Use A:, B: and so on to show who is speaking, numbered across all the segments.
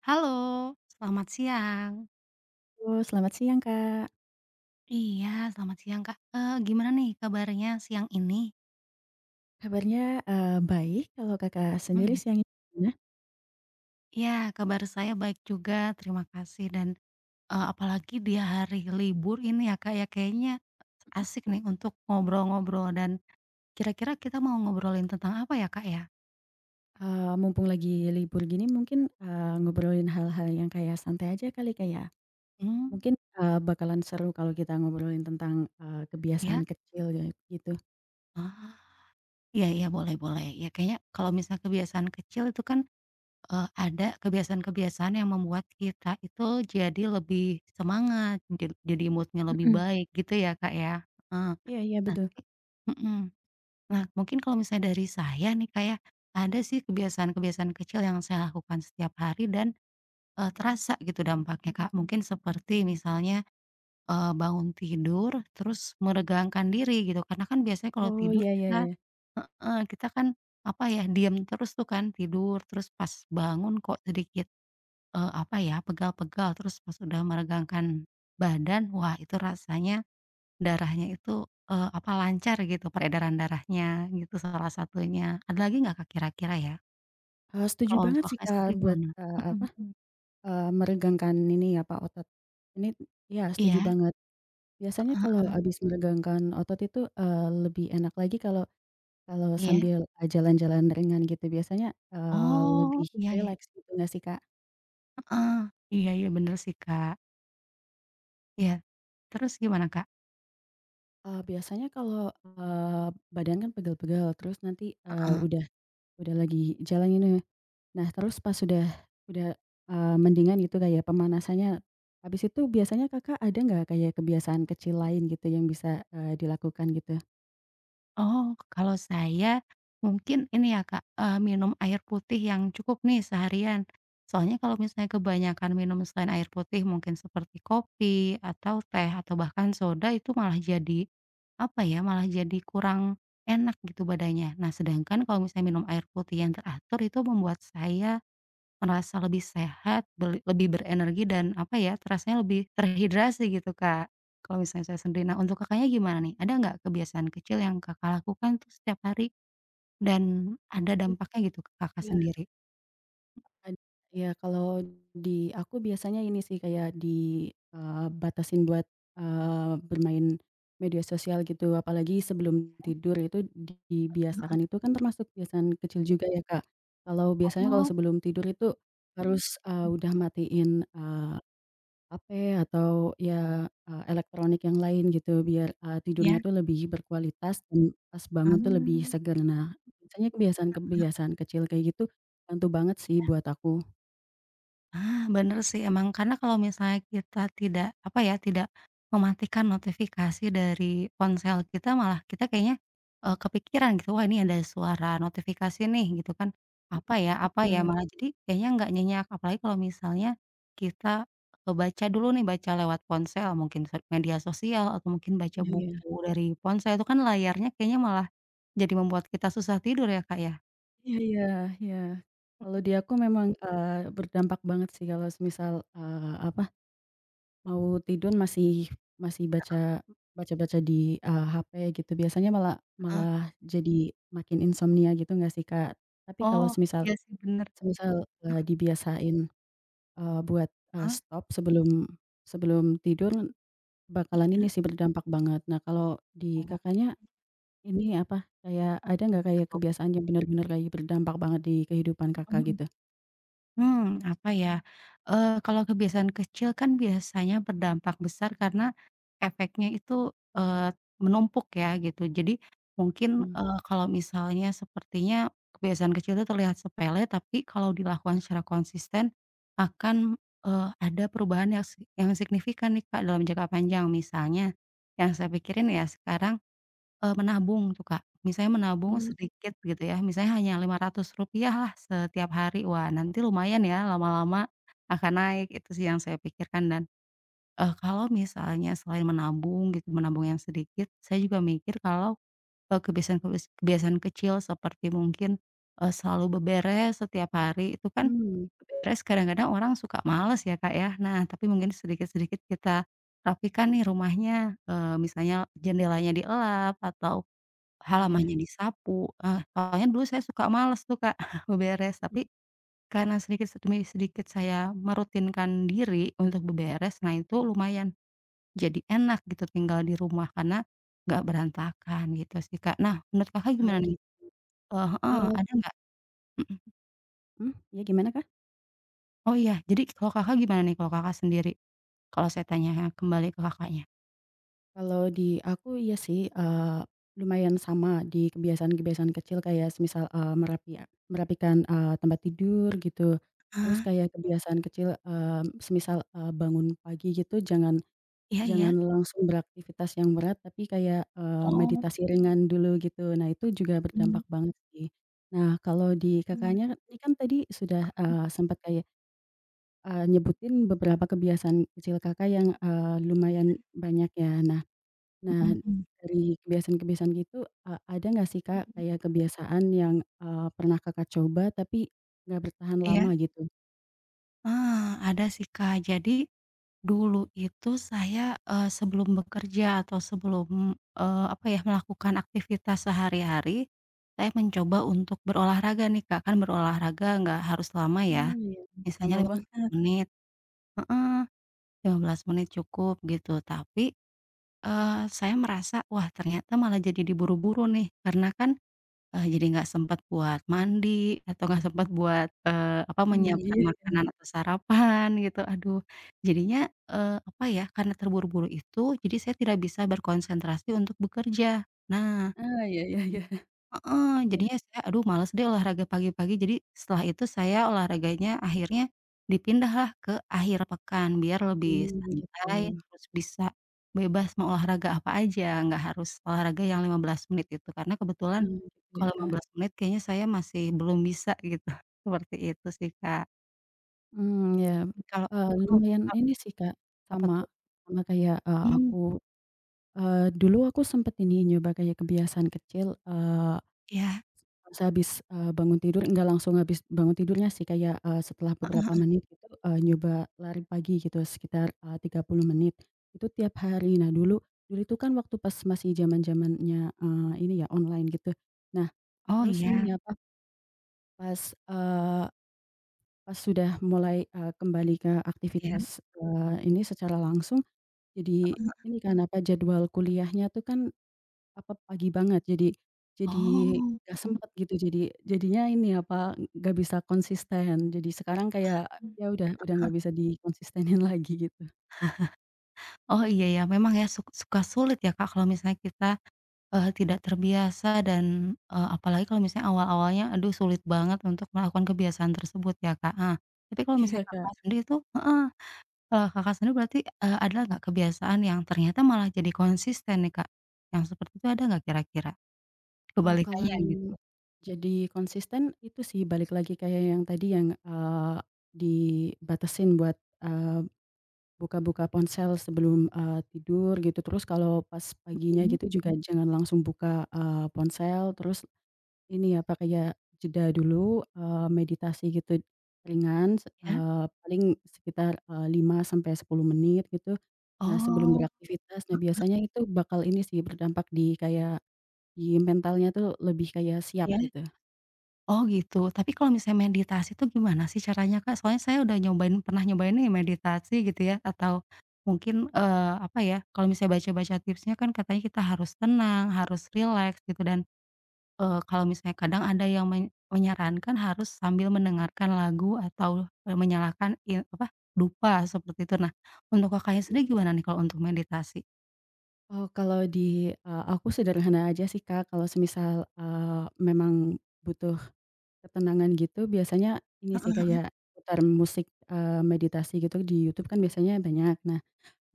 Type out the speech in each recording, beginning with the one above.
A: Halo, selamat siang.
B: Halo, selamat siang, Kak.
A: Iya, selamat siang, Kak. Gimana nih kabarnya siang ini?
B: Kabarnya, baik. Kalau Kakak sendiri
A: Mhm.
B: siang ini gimana?
A: Iya, kabar saya baik juga, terima kasih dan apalagi di hari libur ini ya, Kak, ya, kayaknya asik nih untuk ngobrol-ngobrol dan kira-kira kita mau ngobrolin tentang apa ya, Kak, ya?
B: Mumpung lagi libur gini mungkin, ngobrolin hal-hal yang kayak santai aja kali, kayak, ya?
A: Mmm,
B: Mungkin, bakalan seru kalau kita ngobrolin tentang, kebiasaan
A: ya.
B: kecil ya gitu.
A: Oh, iya iya, boleh boleh. Ya kayaknya kalau misalnya kebiasaan kecil itu kan ada kebiasaan-kebiasaan yang membuat kita itu jadi lebih semangat, jadi moodnya lebih
B: Mhm,
A: baik gitu ya, Kak, ya? Heeh.
B: iya iya,
A: Nah
B: betul.
A: tapi mhm. Nah mungkin kalau misalnya dari saya nih, kayak ada sih kebiasaan-kebiasaan kecil yang saya lakukan setiap hari dan terasa gitu dampaknya, Kak. Mungkin seperti misalnya, bangun tidur terus meregangkan diri gitu, karena kan biasanya kalau
B: Oh,
A: tidur
B: iya iya
A: kita
B: iya.
A: heeh, kita kan apa ya, diam terus tuh kan tidur, terus pas bangun kok sedikit apa ya, pegal-pegal, terus pas udah meregangkan badan, wah itu rasanya darahnya itu, apa, lancar gitu peredaran darahnya, gitu salah satunya. Ada lagi nggak Kak kira-kira ya?
B: Setuju
A: Kalau untuk
B: banget sih,
A: Kakak sendiri
B: Kak, buat,
A: gimana? Mhm
B: apa,
A: mhm.
B: meregangkan ini ya, Pak, otot. Ini ya setuju
A: Iya
B: banget. Biasanya kalau habis meregangkan otot itu, lebih enak lagi kalau Kalau
A: iya.
B: sambil, jalan-jalan ringan gitu biasanya,
A: Oh,
B: lebih
A: iya iya.
B: rileks gitu nggak sih, Kak?
A: Iya iya, bener sih Kak. Iya. Terus gimana Kak?
B: Biasanya kalau, badan kan pegel-pegel terus nanti, udah lagi jalan ini, nah terus pas udah, mendingan gitu kayak pemanasannya, habis itu biasanya Kakak ada nggak kayak kebiasaan kecil lain gitu yang bisa, dilakukan gitu?
A: Oh, kalau saya mungkin ini ya Kak, minum air putih yang cukup nih seharian. Soalnya kalau misalnya kebanyakan minum selain air putih mungkin seperti kopi atau teh atau bahkan soda itu malah jadi, apa ya, malah jadi kurang enak gitu badannya. Nah sedangkan kalau misalnya minum air putih yang teratur itu membuat saya merasa lebih sehat, beli lebih berenergi dan apa ya, terasanya lebih terhidrasi gitu, Kak, kalau misalnya saya sendiri. Nah, untuk Kakaknya gimana nih? Ada nggak kebiasaan kecil yang Kakak lakukan tuh setiap hari dan ada dampaknya gitu ke Kakak
B: Iya.
A: sendiri?
B: Ad ya, kalau di aku biasanya ini sih kayak di, batasin buat, bermain media sosial gitu apalagi sebelum tidur itu dibiasakan itu kan termasuk kebiasaan kecil juga ya, Kak. Kalau biasanya kalau
A: Oh,
B: sebelum tidur itu harus, udah matiin, HP atau ya, elektronik yang lain gitu biar,
A: iya,
B: tidurnya tuh lebih berkualitas dan pas bangun tuh lebih
A: mmm.
B: seger. Nah, biasanya kebiasaan-kebiasaan kecil kayak gitu bantu banget sih buat aku.
A: Ah, bener sih emang karena kalau misalnya kita tidak, apa ya, tidak mematikan notifikasi dari ponsel kita malah kita kayaknya, kepikiran gitu, "Wah ini ada suara notifikasi nih," gitu kan, "Apa ya apa ya?"
B: Betul,
A: Malah jadi kayaknya nggak nyenyak. Apalagi kalau misalnya kita, baca dulu nih, baca lewat ponsel mungkin se media sosial atau mungkin baca
B: iya iya.
A: buku dari ponsel itu kan layarnya kayaknya malah jadi membuat kita susah tidur ya, Kak, ya?
B: Iya iya iya. Kalau
A: Mhm,
B: di aku memang, berdampak banget sih kalau semisal, apa, mau tidur masih masih baca-baca di, HP gitu, biasanya malah
A: heeh.
B: malah jadi makin insomnia gitu nggak sih, Kak? Tapi kalau
A: Oh,
B: semisal
A: iya sih bener.
B: semisal, dibiasain, buat,
A: Heeh,
B: stop sebelum sebelum tidur bakalan
A: iya?
B: ini sih berdampak banget. Nah, kalau di
A: Oh,
B: Kakaknya ini apa, kayak ada nggak
A: apa
B: kayak
A: tuh?
B: kebiasaan yang bener-bener kayak berdampak banget di kehidupan
A: Mhm
B: Kakak
A: mhm.
B: gitu?
A: Mmm, apa ya, eee, kalau kebiasaan kecil kan biasanya berdampak besar karena efeknya itu, eee, menumpuk ya gitu. Jadi mungkin,
B: Mmm,
A: eee, kalau misalnya sepertinya kebiasaan kecil itu terlihat sepele, tapi kalau dilakukan secara konsisten akan, ada perubahan yang yang signifikan nih Kak dalam jangka panjang. Misalnya yang saya pikirin ya sekarang eee, menabung tuh, Kak. Misalnya menabung Mhm.
B: mmm,
A: sedikit gitu ya, misalnya hanya 500 rupiah lah setiap hari, wah nanti lumayan ya lama-lama akan naik, itu sih yang saya pikirkan dan, kalau misalnya selain menabung gitu, menabung yang sedikit, saya juga mikir kalau, kebiasaan kecil seperti mungkin, selalu beberes setiap hari, itu kan
B: mmm.
A: beberes kadang-kadang orang suka males ya, Kak, ya. Nah, tapi mungkin sedikit-sedikit kita rapikan nih rumahnya, eee, misalnya jendelanya dielap atau
B: Iya,
A: halamannya disapu, eee, awalnya dulu saya suka males tuh, Kak, beberes, tapi
B: mhm,
A: karena sedikit demi sedikit saya merutinkan diri untuk beberes, nah itu lumayan jadi enak gitu tinggal di rumah karena nggak berantakan gitu sih, Kak. Nah, menurut Kakak gimana
B: oh,
A: nih? Eee, heeh,
B: oh,
A: ada nggak? Mhm.
B: mmm, iya, gimana, Kak?
A: Oh iya, jadi kalau Kakak gimana nih kalau Kakak sendiri? Kalau saya tanya kembali ke Kakaknya.
B: Kalau di aku iya sih, lumayan sama di kebiasaan-kebiasaan kecil kayak semisal, merapikan, tempat tidur gitu, terus
A: Ah,
B: kayak kebiasaan kecil, semisal, bangun pagi gitu jangan
A: iya iya.
B: Jangan langsung beraktivitas yang berat, tapi kayak,
A: Oh,
B: meditasi ringan dulu gitu. Nah, itu juga
A: mmm.
B: berdampak banget sih. Nah, kalau di
A: Mmm.
B: Kakaknya, ini kan tadi sudah, sempat kayak, nyebutin beberapa kebiasaan kecil Kakak yang, lumayan banyak ya. Nah nah,
A: Mhm mhm.
B: dari kebiasaan-kebiasaan gitu, ada nggak sih, Kak, kayak kebiasaan yang, pernah Kakak coba tapi nggak bertahan
A: Iya?
B: lama gitu?
A: Ah, ada sih, Kak. Jadi dulu itu saya, sebelum bekerja atau sebelum, apa ya, melakukan aktivitas sehari-hari, saya mencoba untuk berolahraga nih, Kak, kan berolahraga nggak harus lama
B: Mmm,
A: ya,
B: iya. Sama
A: misalnya lima
B: banget.
A: belas menit heeh, 15 menit cukup gitu. Tapi, saya merasa, wah ternyata malah jadi diburu-buru nih, karena kan eee, jadi nggak sempat buat mandi atau nggak sempat buat, apa,
B: Mmm,
A: menyiapkan
B: iya.
A: makanan atau sarapan gitu, aduh. Jadinya, apa ya, karena terburu-buru itu, jadi saya tidak bisa berkonsentrasi untuk bekerja. Nah
B: Ah, ya ya ya.
A: heeh,
B: Iya.
A: jadinya saya, aduh males deh olahraga pagi-pagi, jadi setelah itu saya olahraganya akhirnya dipindahlah ke akhir pekan, biar lebih
B: Mmm, gitu.
A: santai, terus bisa bebas mau olahraga apa aja, nggak harus olahraga yang 15 menit itu, karena kebetulan
B: Mmm, gitu ya,
A: kalau
B: Kak.
A: 15 menit kayaknya saya masih belum bisa gitu, seperti itu sih, Kak.
B: Mmm, ya,
A: Kalau heeh,
B: lumayan
A: kap
B: ini sih, Kak,
A: apa
B: sama
A: tuh?
B: sama kayak,
A: Hmm,
B: aku, dulu aku sempet ini nyoba kayak kebiasaan kecil,
A: ya.
B: sehabis, bangun tidur nggak langsung habis bangun tidurnya sih, kayak, setelah beberapa menit gitu, nyoba lari pagi gitu sekitar, 30 menit, itu tiap hari. Nah, dulu dulu itu kan waktu pas masih zaman-zamannya, ini ya, online gitu. Nah,
A: Oh
B: terus
A: iya,
B: ini apa, pas, eee Pas sudah mulai, kembali ke
A: iya.
B: aktivitas, ini secara langsung jadi ini kan, apa, jadwal kuliahnya tuh kan, apa, pagi banget jadi
A: Oh,
B: nggak sempet gitu jadinya ini, apa, nggak bisa konsisten. Jadi sekarang kayak ya udah nggak bisa dikonsistenin lagi gitu.
A: Oh iya ya, memang ya suka sulit ya, Kak, kalau misalnya kita eee, tidak terbiasa dan, apalagi kalau misalnya awal-awalnya aduh sulit banget untuk melakukan kebiasaan tersebut ya, Kak, heeh. Tapi kalau
B: Iya,
A: misalnya Kakak
B: Kak.
A: sendiri tuh heeh, eee, Kakak sendiri berarti, ada nggak kebiasaan yang ternyata malah jadi konsisten nih, Kak? Yang seperti itu ada nggak kira-kira?
B: Kalau
A: Kebalikannya gitu?
B: yang jadi konsisten itu sih balik lagi kayak yang tadi yang, dibatasin buat, eee Buka-buka ponsel sebelum, tidur gitu, terus kalau pas paginya
A: Mhm,
B: gitu juga jangan langsung buka, ponsel, terus ini ya pakai ya jeda dulu, meditasi gitu ringan,
A: ya?
B: paling sekitar, 5 sampai 10 menit gitu. Nah sebelum
A: Oh,
B: beraktivitas, nah biasanya itu bakal ini sih berdampak di kayak di mentalnya tuh lebih kayak siap
A: ya.
B: gitu.
A: Oh gitu, tapi kalau misalnya meditasi tuh gimana sih caranya, Kak? Soalnya saya udah nyobain pernah nyobain nih meditasi gitu ya, atau mungkin, apa ya, kalau misalnya baca-baca tipsnya kan katanya kita harus tenang, harus rileks gitu dan, kalau misalnya kadang ada yang menyarankan harus sambil mendengarkan lagu atau, menyalakan i apa, dupa seperti itu. Nah, untuk Kakaknya sendiri gimana nih kalau untuk meditasi?
B: Oh kalau di, aku sederhana aja sih, Kak, kalau semisal, memang butuh ketenangan gitu biasanya ini sih kayak putar musik, meditasi gitu di YouTube kan biasanya banyak. Nah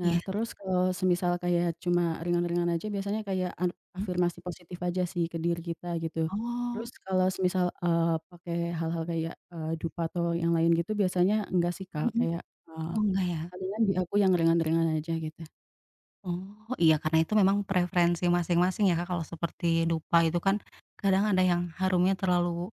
B: nah
A: Iya.
B: terus kalau semisal kayak cuma ringan-ringan aja biasanya kayak
A: Mhm?
B: afirmasi positif aja sih ke diri kita gitu. Terus
A: Oh,
B: kalau semisal, pakai hal-hal kayak, dupa atau yang lain gitu biasanya enggak sih, Kak,
A: mhm.
B: kayak, eee,
A: Oh enggak ya?
B: palingan di aku yang ringan-ringan aja gitu.
A: Oh, iya karena itu memang preferensi masing-masing ya Kak, kalau seperti dupa itu kan kadang ada yang harumnya terlalu,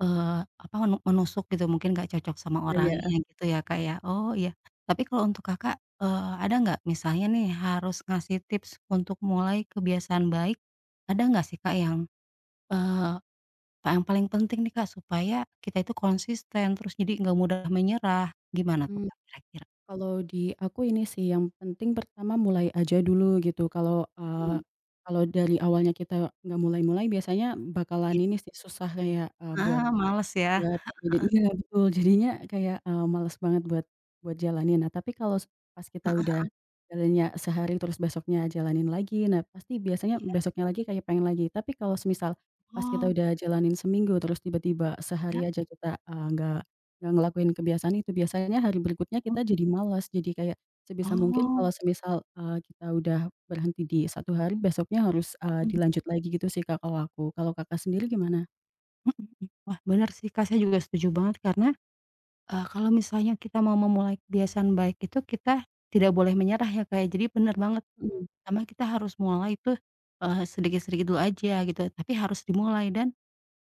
A: eee, apa, menusuk gitu mungkin nggak cocok sama Mhm.
B: Iya iya.
A: orangnya gitu ya Kak ya, oh iya. Tapi kalau untuk Kakak, ada nggak misalnya nih harus ngasih tips untuk mulai kebiasaan baik, ada nggak sih Kak yang, eee, yang paling penting nih Kak supaya kita itu konsisten terus jadi nggak mudah menyerah, gimana tuh
B: Mmm.
A: Kak kira-kira?
B: Kalau di aku ini sih, yang penting pertama mulai aja dulu gitu. Kalau, eee,
A: Mhm,
B: kalau dari awalnya kita nggak mulai-mulai biasanya bakalan
A: iya,
B: ini sih susah kayak, buat
A: ah, males ya?
B: Buat jadi iya betul, jadinya kayak, males banget buat buat jalanin. Nah, tapi kalau pas kita udah jalannya sehari terus besoknya jalanin lagi, nah pasti biasanya besoknya lagi kayak pengen lagi. Tapi kalau semisal pas kita
A: Oh,
B: udah jalanin seminggu terus tiba-tiba
A: ya?
B: sehari aja kita, nggak ngelakuin kebiasaan itu, biasanya hari berikutnya
A: Mhm.
B: kita jadi malas. Jadi kayak sebisa mungkin kalau
A: Oh,
B: semisal, kita udah berhenti di satu hari, besoknya harus,
A: mhm mhm
B: dilanjut lagi gitu sih, Kak, kalau aku. Kalau Kakak sendiri gimana?
A: mhm. Wah, bener sih, Kak, saya juga setuju banget karena, kalau misalnya kita mau memulai kebiasaan baik itu kita tidak boleh menyerah ya, Kak, ya. Jadi bener banget,
B: Mhm.
A: pertama kita harus mulai tuh, sedikit-sedikit dulu aja gitu, tapi harus dimulai dan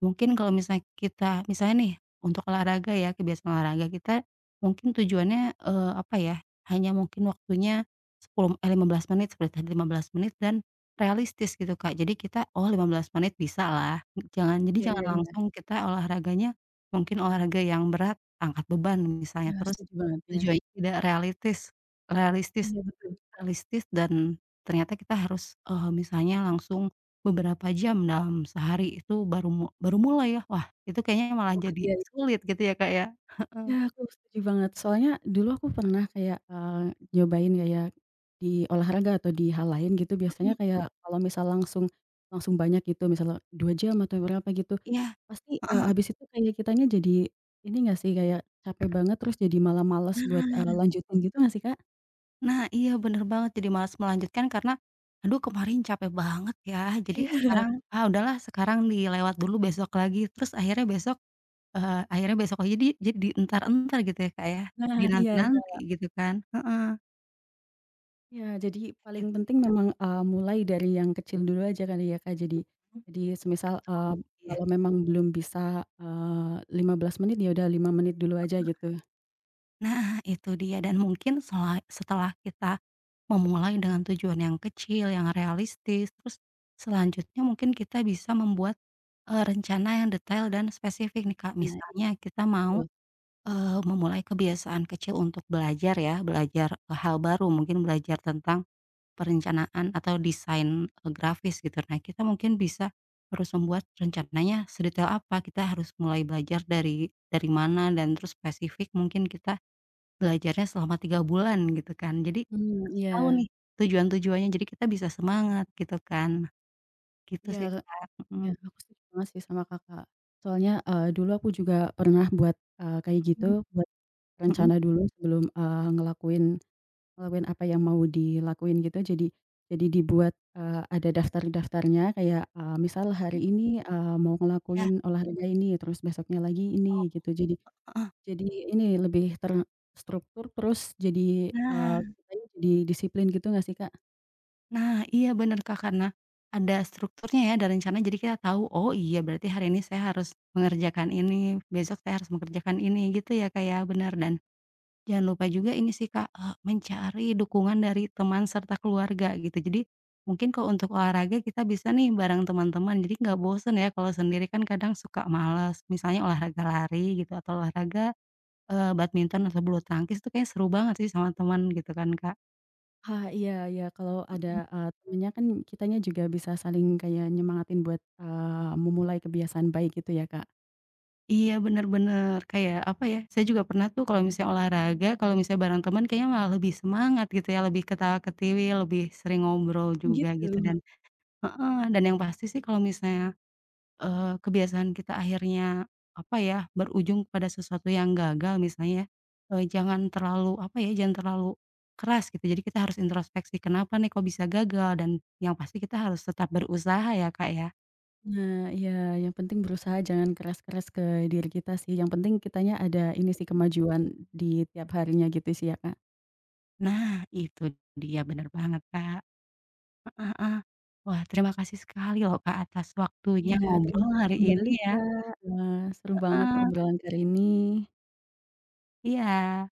A: mungkin kalau misalnya kita misalnya nih, untuk olahraga ya, kebiasaan olahraga kita, mungkin tujuannya, apa ya, hanya mungkin waktunya 10 eh, 15 menit seperti tadi 15 menit dan realistis gitu, Kak. Jadi kita, "Oh 15 menit bisa lah. Jangan
B: Iya
A: jadi jangan
B: iya
A: Mhm.
B: iya.
A: langsung kita olahraganya mungkin olahraga yang berat, angkat beban misalnya,
B: Iya,
A: terus
B: setuju banget, iya.
A: tujuannya tidak realistis realistis.
B: Iya, betul.
A: Realistis dan ternyata kita harus, misalnya langsung beberapa jam dalam sehari itu baru mulai ya. Wah, itu kayaknya malah
B: Wah,
A: jadi sulit gitu ya, Kak, ya?
B: Iya, aku setuju banget. Soalnya dulu aku pernah kayak, nyobain kayak di olahraga atau di hal lain gitu, biasanya
A: Mhm,
B: kayak kalau misal langsung langsung banyak gitu, misalnya 2 jam atau berapa gitu,
A: iya.
B: pasti, habis itu kayak kitanya jadi ini nggak sih, kayak capek banget, terus jadi malah males buat,
A: Nah.
B: lanjutin gitu nggak sih, Kak?
A: Nah, iya bener banget jadi malas melanjutkan karena, "Aduh kemarin capek banget ya, jadi
B: Iya.
A: sekarang ah udahlah sekarang dilewat dulu besok lagi." Terus akhirnya besok, akhirnya besok aja di jadi dientar-entar gitu ya, Kak, ya?
B: Nah, iya.
A: Dinanti-nanti gitu kan? Heeh,
B: Ya, jadi
A: gitu
B: paling
A: sih,
B: penting
A: Kak.
B: memang, mulai dari yang kecil dulu aja kali ya, Kak. Jadi
A: Mhm,
B: jadi semisal,
A: betul. Iya.
B: kalau memang belum bisa, 15 menit, ya udah 5 menit dulu aja gitu.
A: Nah, itu dia dan mungkin sela setelah kita memulai dengan tujuan yang kecil, yang realistis, terus selanjutnya mungkin kita bisa membuat, rencana yang detail dan spesifik nih, Kak.
B: Nah
A: Misalnya kita
B: itu.
A: mau, memulai kebiasaan kecil untuk belajar ya, belajar eh, hal baru, mungkin belajar tentang perencanaan atau desain, grafis gitu. Nah, kita mungkin bisa harus membuat rencananya sedetail apa, kita harus mulai belajar dari mana dan terus spesifik mungkin kita belajarnya selama 3 bulan gitu kan. Jadi
B: Mmm,
A: harus tahu
B: iya.
A: nih tujuan-tujuannya, jadi kita bisa semangat gitu kan. Gitu
B: Iya
A: sih, Kak, mhm
B: iya, aku setuju banget sih sama Kakak. Soalnya, dulu aku juga pernah buat, kayak gitu,
A: mhm
B: buat
A: mhm
B: rencana dulu sebelum, ngelakuin Ngelakuin apa yang mau dilakuin gitu, jadi dibuat, ada daftar-daftarnya kayak, misal hari
A: mhm,
B: ini, mau
A: iya.
B: ngelakuin olahraga ini, terus besoknya lagi ini gitu. Jadi ini lebih terstruktur terus jadi, eee,
A: Nah
B: kitanya jadi disiplin gitu nggak sih, Kak?
A: nah, iya bener, Kak, karena ada strukturnya ya, ada rencana jadi kita tahu, "Oh iya berarti hari ini saya harus mengerjakan ini, besok saya harus mengerjakan ini." Gitu ya, Kak, ya, bener dan jangan lupa juga ini sih Kak, eee, mencari dukungan dari teman serta keluarga gitu. Jadi, mungkin kalau untuk olahraga kita bisa nih bareng teman-teman, jadi nggak bosen ya kalau sendiri kan kadang suka males. Misalnya olahraga lari gitu atau olahraga, badminton atau bulu tangkis itu kayaknya seru banget sih sama teman gitu kan Kak.
B: Ah, iya iya kalau ada,
A: Mhm.
B: temennya kan kitanya juga bisa saling kayak nyemangatin buat, memulai kebiasaan baik gitu ya, Kak?
A: Iya bener bener, kayak apa ya, saya juga pernah tuh kalau misalnya olahraga, kalau misalnya bareng teman kayaknya malah lebih semangat gitu ya, lebih ketawa-ketiwi, lebih sering ngobrol juga gitu
B: Gitu.
A: dan heeh, dan yang pasti sih kalau misalnya eee, kebiasaan kita akhirnya, apa ya, berujung pada sesuatu yang gagal misalnya, eee, jangan terlalu, apa ya, jangan terlalu keras gitu. Jadi kita harus introspeksi, kenapa nih kok bisa gagal dan yang pasti kita harus tetap berusaha ya, Kak, ya.
B: Nah, iya, yang penting berusaha jangan keras-keras ke diri kita sih, yang penting kitanya ada ini sih kemajuan di tiap harinya gitu sih ya, Kak.
A: Nah itu dia, bener banget, Kak. Heeh heeh. Wah terima kasih sekali loh, Kak, atas
B: Iya,
A: waktunya
B: terima
A: ngobrol
B: kasih
A: hari ini
B: kembali,
A: ya.
B: Kak. Wah, seru banget
A: Heeh,
B: obrolan kali ini.
A: iya.